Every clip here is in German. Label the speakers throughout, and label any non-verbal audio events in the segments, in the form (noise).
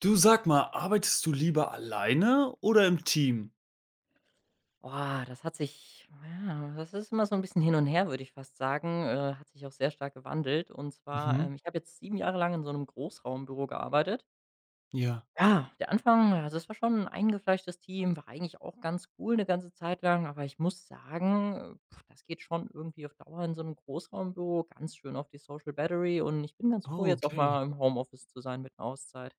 Speaker 1: Du sag mal, arbeitest du lieber alleine oder im Team?
Speaker 2: Das hat sich ja, das ist immer so ein bisschen hin und her, würde ich fast sagen, hat sich auch sehr stark gewandelt. Und zwar,
Speaker 1: Mhm,
Speaker 2: ich habe jetzt 7 Jahre lang in so einem Großraumbüro gearbeitet.
Speaker 1: ja.
Speaker 2: Ja, der Anfang also, es war schon 'n eingefleischtes Team, war eigentlich auch ganz cool eine ganze Zeit lang, aber ich muss sagen, das geht schon irgendwie auf Dauer in so einem Großraumbüro ganz schön auf die Social Battery, und ich bin ganz froh,
Speaker 1: Oh,
Speaker 2: jetzt auch
Speaker 1: okay.
Speaker 2: mal im Homeoffice zu sein mit 'ner Auszeit.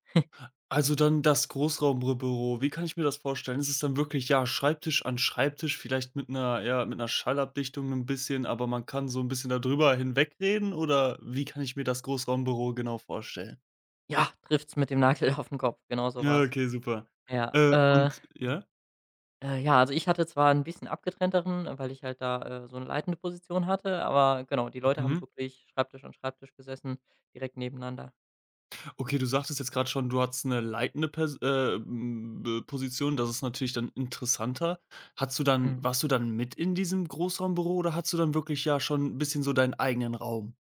Speaker 1: Also dann das Großraumbüro. Wie kann ich mir das vorstellen? Ist es dann wirklich, ja, Schreibtisch an Schreibtisch, vielleicht mit einer ja, mit einer Schallabdichtung ein bisschen, aber man kann so ein bisschen da drüber hinwegreden oder wie kann ich mir das Großraumbüro genau vorstellen?
Speaker 2: Ja, trifft's mit dem Nagel (laughs) auf den Kopf, genau so
Speaker 1: Ja,
Speaker 2: war's.
Speaker 1: okay, super.
Speaker 2: Ja,
Speaker 1: Äh,
Speaker 2: äh
Speaker 1: und ja?
Speaker 2: Ja, also ich hatte zwar ein bisschen abgetrennteren, weil ich halt da, so eine leitende Position hatte, aber genau, die Leute haben
Speaker 1: Mhm.
Speaker 2: wirklich Schreibtisch an Schreibtisch gesessen, direkt nebeneinander.
Speaker 1: Okay, du sagtest jetzt gerade schon, du hattest eine leitende Position, das ist natürlich dann interessanter. Hattest du dann
Speaker 2: Mhm.
Speaker 1: warst du dann mit in diesem Großraumbüro oder hattest du dann wirklich ja schon 'n bisschen so deinen eigenen Raum?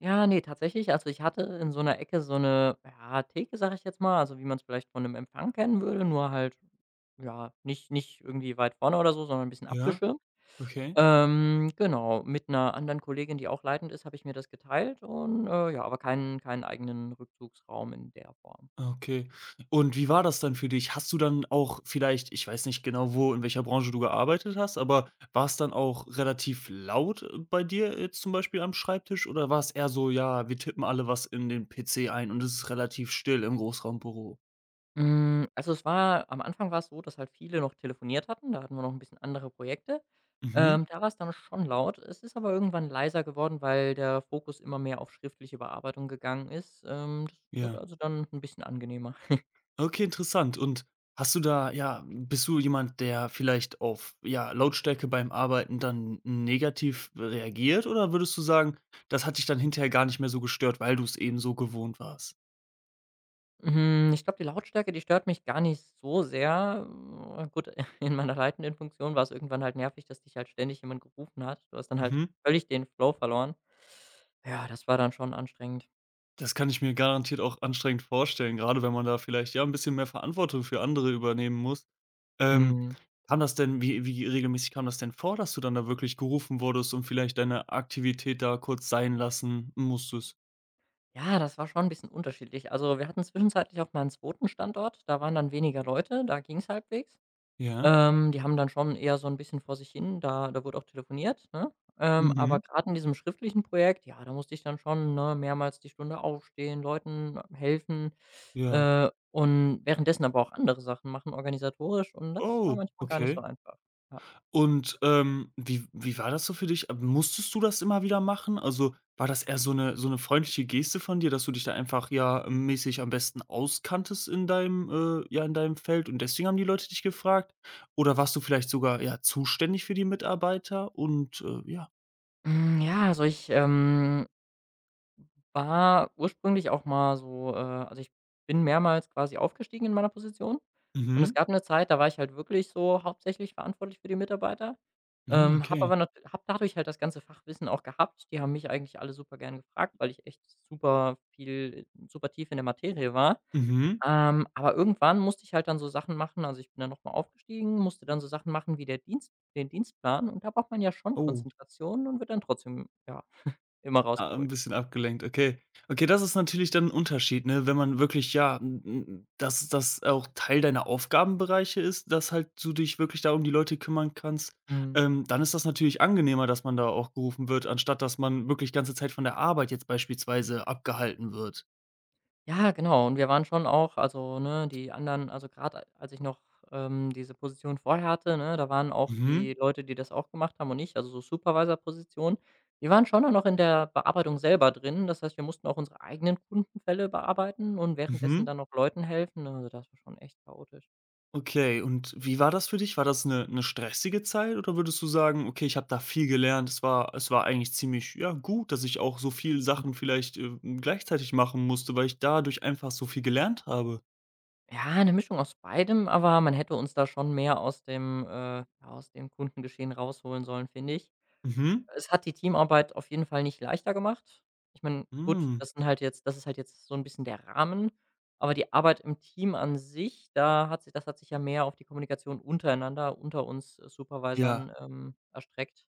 Speaker 2: Ja, ne, tatsächlich, also ich hatte in so einer Ecke so eine ja, Theke, sag ich jetzt mal, also wie man es vielleicht von einem Empfang kennen würde, nur halt, ja, nicht irgendwie weit vorne oder so, sondern ein bisschen
Speaker 1: Ja,
Speaker 2: abgeschirmt.
Speaker 1: okay,
Speaker 2: Genau, mit einer anderen Kollegin, die auch leitend ist, habe ich mir das geteilt und, ja, aber keinen eigenen Rückzugsraum in der Form.
Speaker 1: okay. Und wie war das dann für dich? Hast du dann auch vielleicht ich weiß nicht genau, wo in welcher Branche du gearbeitet hast, aber war es dann auch relativ laut, bei dir jetzt zum Beispiel am Schreibtisch oder war es eher so: „Ja, wir tippen alle was in den PC ein und es ist relativ still im Großraumbüro?“
Speaker 2: Also, es war am Anfang war es so, dass halt viele noch telefoniert hatten. Da hatten wir noch ein bisschen andere Projekte.
Speaker 1: Mhm,
Speaker 2: Da war es dann schon laut. Es ist aber irgendwann leiser geworden, weil der Fokus immer mehr auf schriftliche Bearbeitung gegangen ist. Das wurde
Speaker 1: ja.
Speaker 2: also dann ein bisschen angenehmer. (laughs)
Speaker 1: Okay, interessant. Und hast du da ja, bist du jemand, der vielleicht auf, ja, Lautstärke beim Arbeiten dann negativ reagiert oder würdest du sagen, das hat dich dann hinterher gar nicht mehr so gestört, weil du es eben so gewohnt warst?
Speaker 2: Hm, ich glaube, die Lautstärke, die stört mich gar nicht so sehr. Gut, (laughs) in meiner leitenden Funktion war es irgendwann halt nervig, dass dich halt ständig jemand gerufen hat. Du hast dann halt
Speaker 1: Mhm.
Speaker 2: völlig den Flow verloren. Ja, das war dann schon anstrengend.
Speaker 1: Das kann ich mir garantiert auch anstrengend vorstellen, gerade wenn man da vielleicht, ja, ein bisschen mehr Verantwortung für andere übernehmen muss. Ähm,
Speaker 2: Mhm.
Speaker 1: kam das denn wie regelmäßig kam das denn vor, dass du dann da wirklich gerufen wurdest und vielleicht deine Aktivität da kurz sein lassen musstest?
Speaker 2: Ja, das war schon ein bisschen unterschiedlich. Also, wir hatten zwischenzeitlich auch mal einen zweiten Standort, da waren dann weniger Leute, da ging's halbwegs.
Speaker 1: Ja.
Speaker 2: Die haben dann schon eher so ein bisschen vor sich hin, da wurde auch telefoniert, ne? Aber
Speaker 1: Mhm.
Speaker 2: gerade in diesem schriftlichen Projekt, ja, da musste ich dann schon, ne, mehrmals die Stunde aufstehen, Leuten helfen,
Speaker 1: Ja.
Speaker 2: und währenddessen aber auch andere Sachen machen organisatorisch, und das war
Speaker 1: Oh,
Speaker 2: manchmal gar nicht
Speaker 1: okay.
Speaker 2: so einfach. Ja.
Speaker 1: Und, wie war das so für dich? Musstest du das immer wieder machen? Also, war das eher so eine freundliche Geste von dir, dass du dich da einfach, ja, mäßig am besten auskanntest in deinem, ja, in deinem Feld und deswegen haben die Leute dich gefragt? Oder warst du vielleicht sogar, ja, zuständig für die Mitarbeiter und, ja.
Speaker 2: Hm, ja, also ich, ähm War ursprünglich auch mal so, also, ich bin mehrmals quasi aufgestiegen in meiner Position, und es
Speaker 1: Mhm.
Speaker 2: gab eine Zeit, da war ich halt wirklich so hauptsächlich verantwortlich für die Mitarbeiter,
Speaker 1: Ja,
Speaker 2: habe
Speaker 1: okay.
Speaker 2: aber nat habe dadurch halt das ganze Fachwissen auch gehabt. Die haben mich eigentlich alle super gern gefragt, weil ich echt super viel, super tief in der Materie war.
Speaker 1: Mhm.
Speaker 2: Aber irgendwann musste ich halt dann so Sachen machen, also, ich bin dann noch mal aufgestiegen, musste dann so Sachen machen wie der Dienst den Dienstplan, und da braucht man ja schon
Speaker 1: Oh.
Speaker 2: Konzentration und wird dann trotzdem, ja, immer
Speaker 1: Ah, 'n
Speaker 2: rausgeholt.
Speaker 1: bisschen abgelenkt, okay. Okay, das ist natürlich dann ein Unterschied, ne, wenn man wirklich, ja, n n dass das auch Teil deiner Aufgabenbereiche ist, dass halt du dich wirklich da um die Leute kümmern kannst.
Speaker 2: Mhm.
Speaker 1: Dann ist das natürlich angenehmer, dass man da auch gerufen wird, anstatt dass man wirklich ganze Zeit von der Arbeit jetzt beispielsweise abgehalten wird.
Speaker 2: Ja, genau. Und wir waren schon auch also, ne, die anderen also, gerade als ich noch, diese Position vorher hatte, ne, da waren auch
Speaker 1: Mhm,
Speaker 2: die Leute, die das auch gemacht haben, und ich, also so Supervisor-Position, die waren schon auch noch in der Bearbeitung selber drin. Das heißt, wir mussten auch unsere eigenen Kundenfälle bearbeiten und währenddessen
Speaker 1: mhm.
Speaker 2: dann noch Leuten helfen. Also, das war schon echt chaotisch.
Speaker 1: Okay, und wie war das für dich? War das eine 'ne stressige Zeit oder würdest du sagen: „Okay, ich habe da viel gelernt. Es war eigentlich ziemlich, ja, gut, dass ich auch so viel Sachen
Speaker 2: (laughs)
Speaker 1: vielleicht, gleichzeitig machen musste, weil ich dadurch einfach so viel gelernt habe.“
Speaker 2: Ja, eine Mischung aus beidem, aber man hätte uns da schon mehr aus dem ja, aus dem Kundengeschehen rausholen sollen, finde ich.
Speaker 1: Mhm.
Speaker 2: Es hat die Teamarbeit auf jeden Fall nicht leichter gemacht. Ich meine, gut,
Speaker 1: Hm.
Speaker 2: das ist halt jetzt so ein bisschen der Rahmen, aber die Arbeit im Team an sich, da hat sich das hat sich ja mehr auf die Kommunikation untereinander, unter uns,
Speaker 1: Ja.
Speaker 2: Supervisern, erstreckt.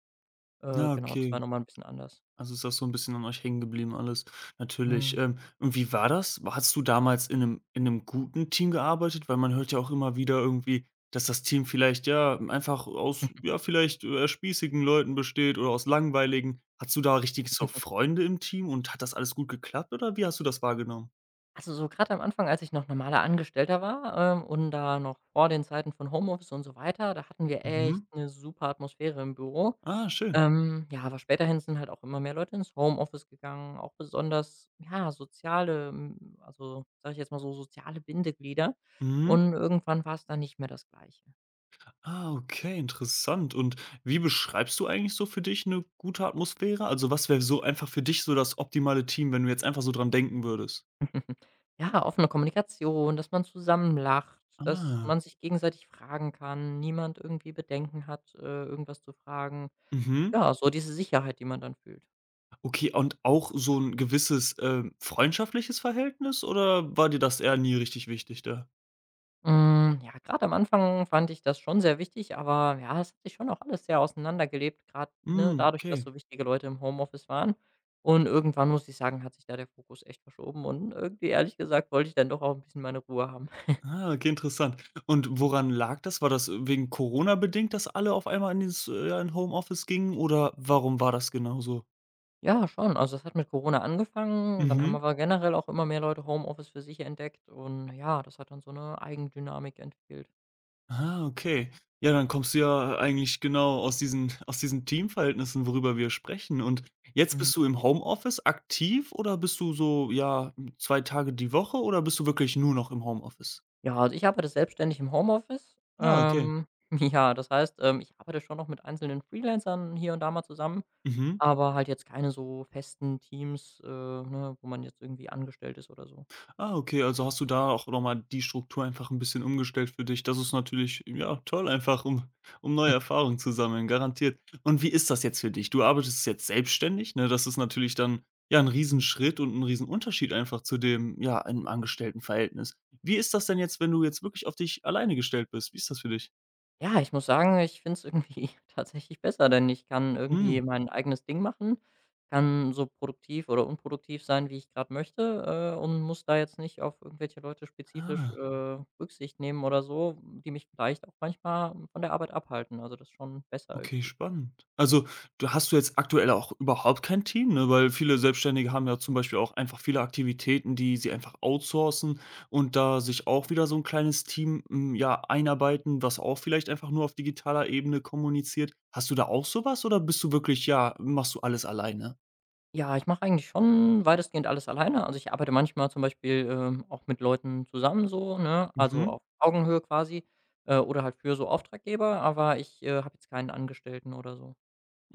Speaker 1: Ja,
Speaker 2: Genau, das war
Speaker 1: okay.
Speaker 2: noch mal 'n bisschen anders.
Speaker 1: Also ist das so ein bisschen an euch hängen geblieben alles, natürlich.
Speaker 2: Mhm.
Speaker 1: Und wie war das? Hast du damals in einem guten Team gearbeitet? Weil man hört ja auch immer wieder irgendwie, dass das Team vielleicht, ja, einfach aus, ja, vielleicht, spießigen Leuten besteht oder aus langweiligen. Hattest du da richtig so
Speaker 2: (laughs)
Speaker 1: Freunde im Team und hat das alles gut geklappt oder wie hast du das wahrgenommen?
Speaker 2: Also, so gerade am Anfang, als ich noch normaler Angestellter war, und da noch vor den Zeiten von Homeoffice und so weiter, da hatten wir
Speaker 1: Mhm.
Speaker 2: echt eine super Atmosphäre im Büro.
Speaker 1: Ah, schön.
Speaker 2: Ja, aber späterhin sind halt auch immer mehr Leute ins Homeoffice gegangen, auch besonders, ja, also, sage ich jetzt mal so, soziale Bindeglieder.
Speaker 1: Mhm.
Speaker 2: Und irgendwann war es dann nicht mehr das Gleiche.
Speaker 1: Ah, okay, interessant. Und wie beschreibst du eigentlich so für dich eine gute Atmosphäre? Also, was wäre so einfach für dich so das optimale Team, wenn du jetzt einfach so dran denken würdest?
Speaker 2: (laughs) Ja, offene Kommunikation, dass man zusammen lacht, dass
Speaker 1: Ah,
Speaker 2: man sich gegenseitig fragen kann, niemand irgendwie Bedenken hat, irgendwas zu fragen.
Speaker 1: mhm.
Speaker 2: Ja, so diese Sicherheit, die man dann fühlt.
Speaker 1: Okay, und auch so ein gewisses, freundschaftliches Verhältnis oder war dir das eher nie richtig wichtig da?
Speaker 2: Hm, ja, gerade am Anfang fand ich das schon sehr wichtig, aber ja, es hat sich schon auch alles sehr auseinandergelebt, gerade ne,
Speaker 1: Hm,
Speaker 2: dadurch, dass
Speaker 1: okay.
Speaker 2: so wichtige Leute im Homeoffice waren. Und irgendwann muss ich sagen, hat sich da der Fokus echt verschoben, und irgendwie, ehrlich gesagt, wollte ich dann doch auch ein bisschen meine Ruhe haben. (laughs)
Speaker 1: Ah, okay, interessant. Und woran lag das? War das, wegen Corona bedingt, dass alle auf einmal in dieses, ja, in Homeoffice gingen oder warum war das genau so?
Speaker 2: Ja, schon. Also, das hat mit Corona angefangen, dann haben
Speaker 1: Mhm.
Speaker 2: aber generell auch immer mehr Leute Homeoffice für sich entdeckt, und ja, das hat dann so 'ne Eigendynamik entwickelt.
Speaker 1: Ah, okay. Ja, dann kommst du ja eigentlich genau aus diesen Teamverhältnissen, worüber wir sprechen. Und jetzt bist du
Speaker 2: Mhm.
Speaker 1: im Homeoffice aktiv oder bist du so, ja, 2 Tage die Woche oder bist du wirklich nur noch im Homeoffice?
Speaker 2: Ja, also ich arbeite selbstständig im Homeoffice.
Speaker 1: Ah, okay.
Speaker 2: (laughs) Ja, das heißt, ich arbeite schon noch mit einzelnen Freelancern hier und da mal zusammen,
Speaker 1: Mhm.
Speaker 2: aber halt jetzt keine so festen Teams, ne, wo man jetzt irgendwie angestellt ist oder so.
Speaker 1: Ah, okay, also hast du da auch noch mal die Struktur einfach ein bisschen umgestellt für dich. Das ist natürlich, ja, toll einfach, um neue
Speaker 2: (laughs)
Speaker 1: Erfahrungen zu sammeln, garantiert. Und wie ist das jetzt für dich? Du arbeitest jetzt selbstständig, ne? Das ist natürlich dann, ja, 'n Riesenschritt und 'n Riesenunterschied einfach zu dem, ja, einem Angestelltenverhältnis. Wie ist das denn jetzt, wenn du jetzt wirklich auf dich alleine gestellt bist? Wie ist das für dich?
Speaker 2: Ja, ich muss sagen, ich finde es irgendwie (laughs) tatsächlich besser, denn ich kann
Speaker 1: Mhm.
Speaker 2: irgendwie mein eigenes Ding machen, kann so produktiv oder unproduktiv sein, wie ich gerade möchte, und muss da jetzt nicht auf irgendwelche Leute spezifisch,
Speaker 1: Ah.
Speaker 2: Rücksicht nehmen oder so, die mich vielleicht auch manchmal von der Arbeit abhalten. Also, das ist schon besser
Speaker 1: Okay,
Speaker 2: irgendwie.
Speaker 1: spannend. Also, du jetzt aktuell auch überhaupt kein Team, ne? Weil viele Selbstständige haben ja zum Beispiel auch einfach viele Aktivitäten, die sie einfach outsourcen und da sich auch wieder so ein kleines Team, hm, ja, einarbeiten, was auch vielleicht einfach nur auf digitaler Ebene kommuniziert. Hast du da auch sowas oder bist du wirklich ja, machst du alles alleine?
Speaker 2: Ja, ich mache eigentlich schon weitestgehend alles alleine. Also, ich arbeite manchmal zum Beispiel, auch mit Leuten zusammen so, ne, also
Speaker 1: Mhm.
Speaker 2: auf Augenhöhe quasi, oder halt für so Auftraggeber, aber ich, habe jetzt keinen Angestellten oder so.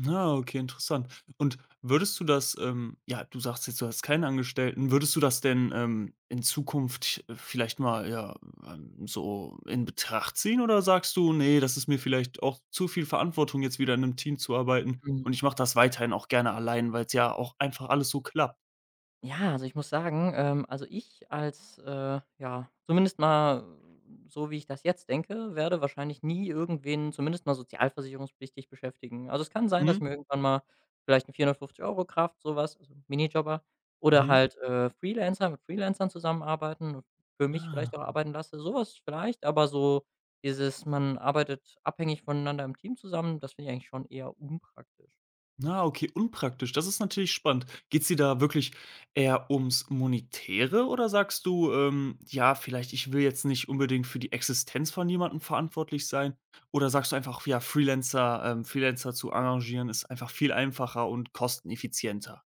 Speaker 1: Ah, okay, interessant. Und würdest du das, ja, du sagst jetzt, du hast keinen Angestellten. Würdest du das denn, in Zukunft vielleicht mal, ja, so in Betracht ziehen oder sagst du: nee das ist mir vielleicht auch zu viel Verantwortung, jetzt wieder in einem Team zu arbeiten und ich
Speaker 2: Mhm.
Speaker 1: mache das weiterhin auch gerne allein, weil es ja auch einfach alles so klappt?“
Speaker 2: Ja, also ich muss sagen, also ich als, ja, zumindest mal so, wie ich das jetzt denke, werde wahrscheinlich nie irgendwen zumindest mal sozialversicherungspflichtig beschäftigen. Also es kann sein, dass
Speaker 1: Mhm,
Speaker 2: mir irgendwann mal vielleicht ein 450 Euro Kraft, sowas, also Minijobber oder
Speaker 1: mhm.
Speaker 2: halt, Freelancer, mit Freelancern zusammenarbeiten und für mich vielleicht
Speaker 1: Ah.
Speaker 2: auch arbeiten lasse, sowas vielleicht, aber so dieses, man arbeitet abhängig voneinander im Team zusammen, das finde ich eigentlich schon eher unpraktisch.
Speaker 1: Na, okay, unpraktisch. Das ist natürlich spannend. Geht's dir da wirklich eher ums Monetäre oder sagst du, ja, vielleicht ich will jetzt nicht unbedingt für die Existenz von jemandem verantwortlich sein? Oder sagst du einfach, ja, Freelancer, Freelancer zu arrangieren ist einfach viel einfacher und kosteneffizienter?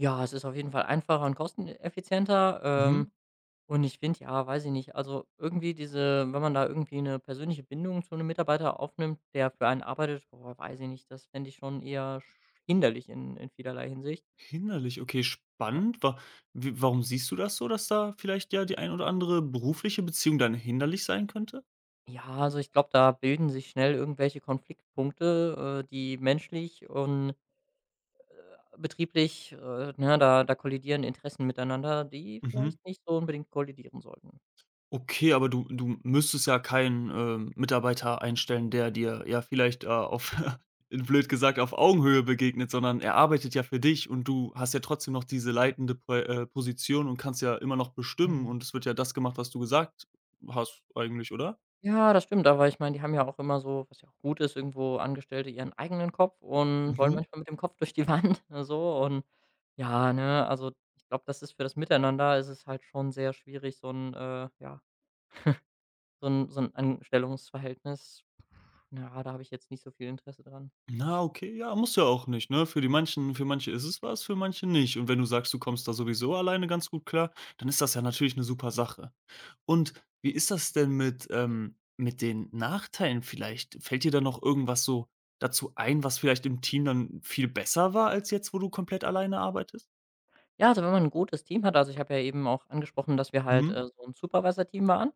Speaker 2: Ja, es ist auf jeden Fall einfacher und kosteneffizienter.
Speaker 1: Mhm.
Speaker 2: Und ich finde, ja, weiß ich nicht, also irgendwie diese, wenn man da irgendwie eine persönliche Bindung zu einem Mitarbeiter aufnimmt, der für einen arbeitet, boah, weiß ich nicht, das fände ich schon eher sch hinderlich in vielerlei Hinsicht.
Speaker 1: Hinderlich, okay,
Speaker 2: Ja.
Speaker 1: spannend. Wa w warum siehst du das so, dass da vielleicht ja die ein oder andere berufliche Beziehung dann hinderlich sein könnte?
Speaker 2: Ja, also ich glaube, da bilden sich schnell irgendwelche Konfliktpunkte, die menschlich und, betrieblich, ne, da kollidieren Interessen miteinander, die
Speaker 1: Mhm.
Speaker 2: vielleicht nicht so unbedingt kollidieren sollten.
Speaker 1: Okay, aber du müsstest ja keinen, Mitarbeiter einstellen, der dir, ja, vielleicht, auf (laughs) blöd gesagt, auf Augenhöhe begegnet, sondern er arbeitet ja für dich und du hast ja trotzdem noch diese leitende Poi Position und kannst ja immer noch bestimmen
Speaker 2: Mhm.
Speaker 1: und es wird ja das gemacht, was du gesagt hast eigentlich, oder?
Speaker 2: Ja, das stimmt, aber ich meine, die haben ja auch immer so, was ja auch gut ist, irgendwo Angestellte ihren eigenen Kopf und wollen Mhm.
Speaker 1: Mhm.
Speaker 2: manchmal mit dem Kopf durch die Wand, (laughs) ne, so und ja, ne, also ich glaube, das ist für das Miteinander ist es halt schon sehr schwierig, so ein ja, so ein Anstellungsverhältnis. Ja, da habe ich jetzt nicht so viel Interesse dran.
Speaker 1: Na, okay, ja, muss ja auch nicht, ne? Für manche ist es was, für manche nicht. Und wenn du sagst, du kommst da sowieso alleine ganz gut klar, dann ist das ja natürlich eine super Sache. Und wie ist das denn mit den Nachteilen vielleicht? Fällt dir da noch irgendwas so dazu ein, was vielleicht im Team dann viel besser war als jetzt, wo du komplett alleine arbeitest?
Speaker 2: Ja, also wenn man ein gutes Team hat, also ich habe ja eben auch angesprochen, dass wir halt, Mhm.
Speaker 1: Mhm,
Speaker 2: So ein Supervisor-Team waren.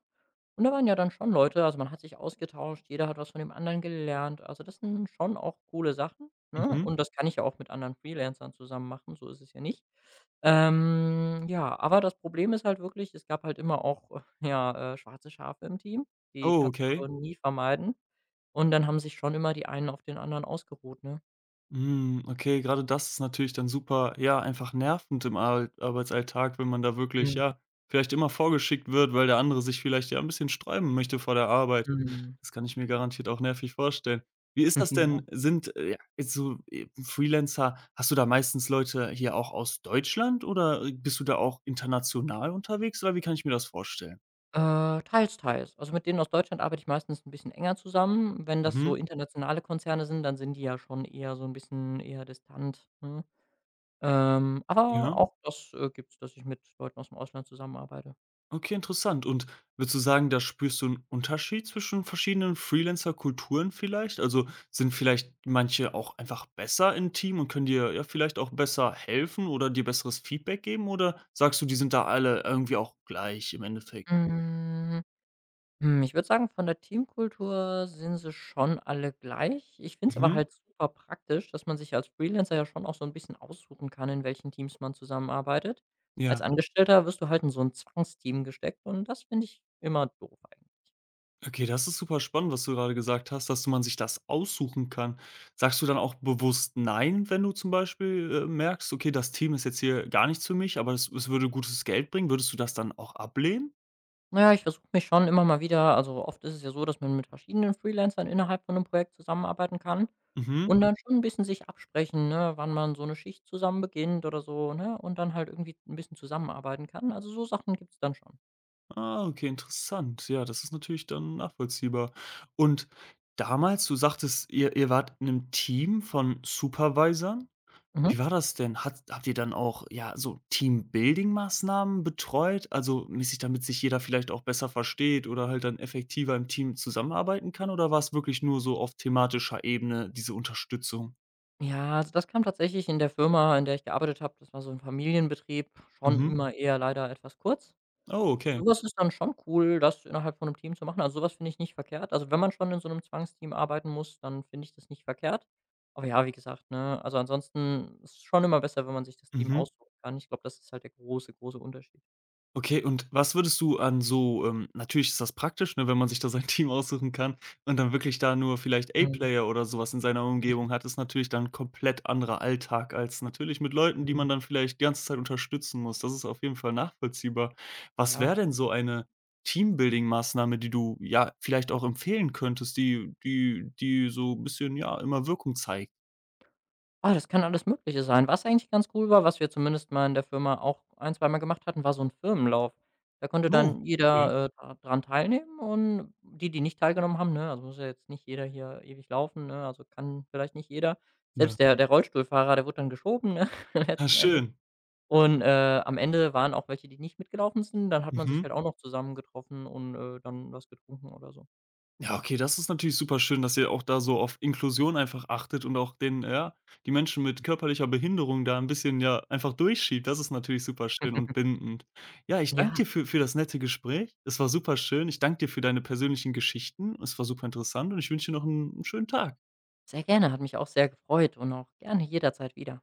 Speaker 2: Und da waren ja dann schon Leute, also, man hat sich ausgetauscht, jeder hat was von dem anderen gelernt. Also, das sind schon auch coole Sachen, ne?
Speaker 1: mhm.
Speaker 2: Und das kann ich ja auch mit anderen Freelancern zusammen machen, so ist es ja nicht. Ja, aber das Problem ist halt wirklich, es gab halt immer auch, ja, schwarze Schafe im Team, die
Speaker 1: Oh,
Speaker 2: kannst
Speaker 1: okay.
Speaker 2: du nie vermeiden. Und dann haben sich schon immer die einen auf den anderen ausgeruht, ne?
Speaker 1: Hm, okay, gerade das ist natürlich dann super, ja, einfach nervend im Al Arbeitsalltag, wenn man da wirklich,
Speaker 2: Mhm,
Speaker 1: ja, vielleicht immer vorgeschickt wird, weil der andere sich vielleicht, ja, ein bisschen sträuben möchte vor der Arbeit.
Speaker 2: mhm. Mhm.
Speaker 1: Das kann ich mir garantiert auch nervig vorstellen. Wie ist
Speaker 2: (laughs)
Speaker 1: das denn?
Speaker 2: Ja.
Speaker 1: Sind, ja, jetzt so, Freelancer hast du da meistens Leute hier auch aus Deutschland oder bist du da auch international unterwegs, oder wie kann ich mir das vorstellen?
Speaker 2: Teils, teils. Also, mit denen aus Deutschland arbeite ich meistens ein bisschen enger zusammen. Wenn das so
Speaker 1: Mhm,
Speaker 2: internationale Konzerne sind, dann sind die ja schon eher so ein bisschen eher distant, ne? Aber
Speaker 1: ja.
Speaker 2: auch das, gibt's, dass ich mit Leuten aus dem Ausland zusammenarbeite.
Speaker 1: Okay, interessant. Und würdest du sagen, da spürst du einen Unterschied zwischen verschiedenen Freelancer-Kulturen vielleicht? Also, sind vielleicht manche auch einfach besser im Team und können dir, ja, vielleicht auch besser helfen oder dir besseres Feedback geben? Oder sagst du, die sind da alle irgendwie auch gleich im Endeffekt?
Speaker 2: Hm, Ich würde sagen, von der Teamkultur sind sie schon alle gleich. Ich finde es aber
Speaker 1: Mhm.
Speaker 2: halt super praktisch, dass man sich als Freelancer ja schon auch so ein bisschen aussuchen kann, in welchen Teams man zusammenarbeitet. Als
Speaker 1: Ja.
Speaker 2: Angestellter wirst du halt in so 'n Zwangsteam gesteckt, und das finde ich immer doof.
Speaker 1: Okay, das ist super spannend, was du gerade gesagt hast, dass man sich das aussuchen kann. Sagst du dann auch bewusst „Nein“, wenn du zum Beispiel, merkst: „Okay, das Team ist jetzt hier gar nichts für mich, aber es würde gutes Geld bringen.“ Würdest du das dann auch ablehnen?
Speaker 2: Na ja, ich versuche mich schon immer mal wieder, also, oft ist es ja so, dass man mit verschiedenen Freelancern innerhalb von einem Projekt zusammenarbeiten kann
Speaker 1: Mhm.
Speaker 2: und Mhm. dann schon ein bisschen sich absprechen, ne, wann man so eine Schicht zusammen beginnt oder so, ne, und dann halt irgendwie ein bisschen zusammenarbeiten kann. Also, so Sachen gibt es dann schon.
Speaker 1: Ah, okay, interessant. Ja, das ist natürlich dann nachvollziehbar. Und damals, du sagtest, ihr wart in einem Team von Supervisern.
Speaker 2: Mhm.
Speaker 1: Wie war das denn? Hat habt ihr dann auch, ja, so Teambuilding-Maßnahmen betreut? Also, mäßig, damit sich jeder vielleicht auch besser versteht oder halt dann effektiver im Team zusammenarbeiten kann? Oder war es wirklich nur so auf thematischer Ebene, diese Unterstützung?
Speaker 2: Ja, also, das kam tatsächlich in der Firma, in der ich gearbeitet habe, das war so ein Familienbetrieb, schon Mhm.
Speaker 1: Mhm.
Speaker 2: immer eher leider etwas kurz.
Speaker 1: Oh, okay.
Speaker 2: So was ist dann schon cool, das innerhalb von 'nem Team zu machen. Also, sowas finde ich nicht verkehrt. Also, wenn man schon in so 'nem Zwangsteam arbeiten muss, dann finde ich das nicht verkehrt. Aber ja, wie gesagt, ne, also, ansonsten ist es schon immer besser, wenn man sich das Team
Speaker 1: Mhm.
Speaker 2: aussuchen kann. Ich glaube, das ist halt der große, große Unterschied.
Speaker 1: Okay, und was würdest du an so natürlich ist das praktisch, ne, wenn man sich da sein (laughs) Team aussuchen kann und dann wirklich da nur vielleicht
Speaker 2: Mhm.
Speaker 1: A-Player oder sowas in seiner Umgebung hat, ist natürlich dann 'n komplett anderer Alltag als natürlich mit Leuten, die
Speaker 2: Mhm.
Speaker 1: man dann vielleicht die ganze Zeit unterstützen muss. Das ist auf jeden Fall nachvollziehbar. Was
Speaker 2: Ja.
Speaker 1: wäre denn so eine Teambuilding-Maßnahme, die du, ja, vielleicht auch empfehlen könntest, die so 'n bisschen, ja, immer Wirkung zeigt?
Speaker 2: Ah, das kann alles Mögliche sein. Was eigentlich ganz cool war, was wir zumindest mal in der Firma auch ein zweimal gemacht hatten, war so ein Firmenlauf. Da konnte
Speaker 1: Oh,
Speaker 2: dann
Speaker 1: okay.
Speaker 2: jeder, da dran teilnehmen, und die, die nicht teilgenommen haben, ne, also muss ja jetzt nicht jeder hier ewig laufen, ne, also kann vielleicht nicht jeder.
Speaker 1: Ja.
Speaker 2: Selbst der Rollstuhlfahrer, der wurde dann geschoben, ne, (laughs)
Speaker 1: Ah,
Speaker 2: letzten Endes.
Speaker 1: schön.
Speaker 2: Und, am Ende waren auch welche, die nicht mitgelaufen sind. Dann hat man sich
Speaker 1: Mhm.
Speaker 2: halt auch noch zusammengetroffen und, dann was getrunken oder so.
Speaker 1: Ja, okay, das ist natürlich super schön, dass ihr auch da so auf Inklusion einfach achtet und auch den ja, die Menschen mit körperlicher Behinderung da ein bisschen, ja, einfach durchschiebt. Das ist natürlich super schön und
Speaker 2: (laughs)
Speaker 1: bindend. Ja, ich danke
Speaker 2: Ja,
Speaker 1: dir für das nette Gespräch. Es war super schön. Ich danke dir für deine persönlichen Geschichten. Es war super interessant und ich wünsche dir noch einen 'n schönen Tag.
Speaker 2: sehr gerne, hat mich auch sehr gefreut, und auch gerne jederzeit wieder.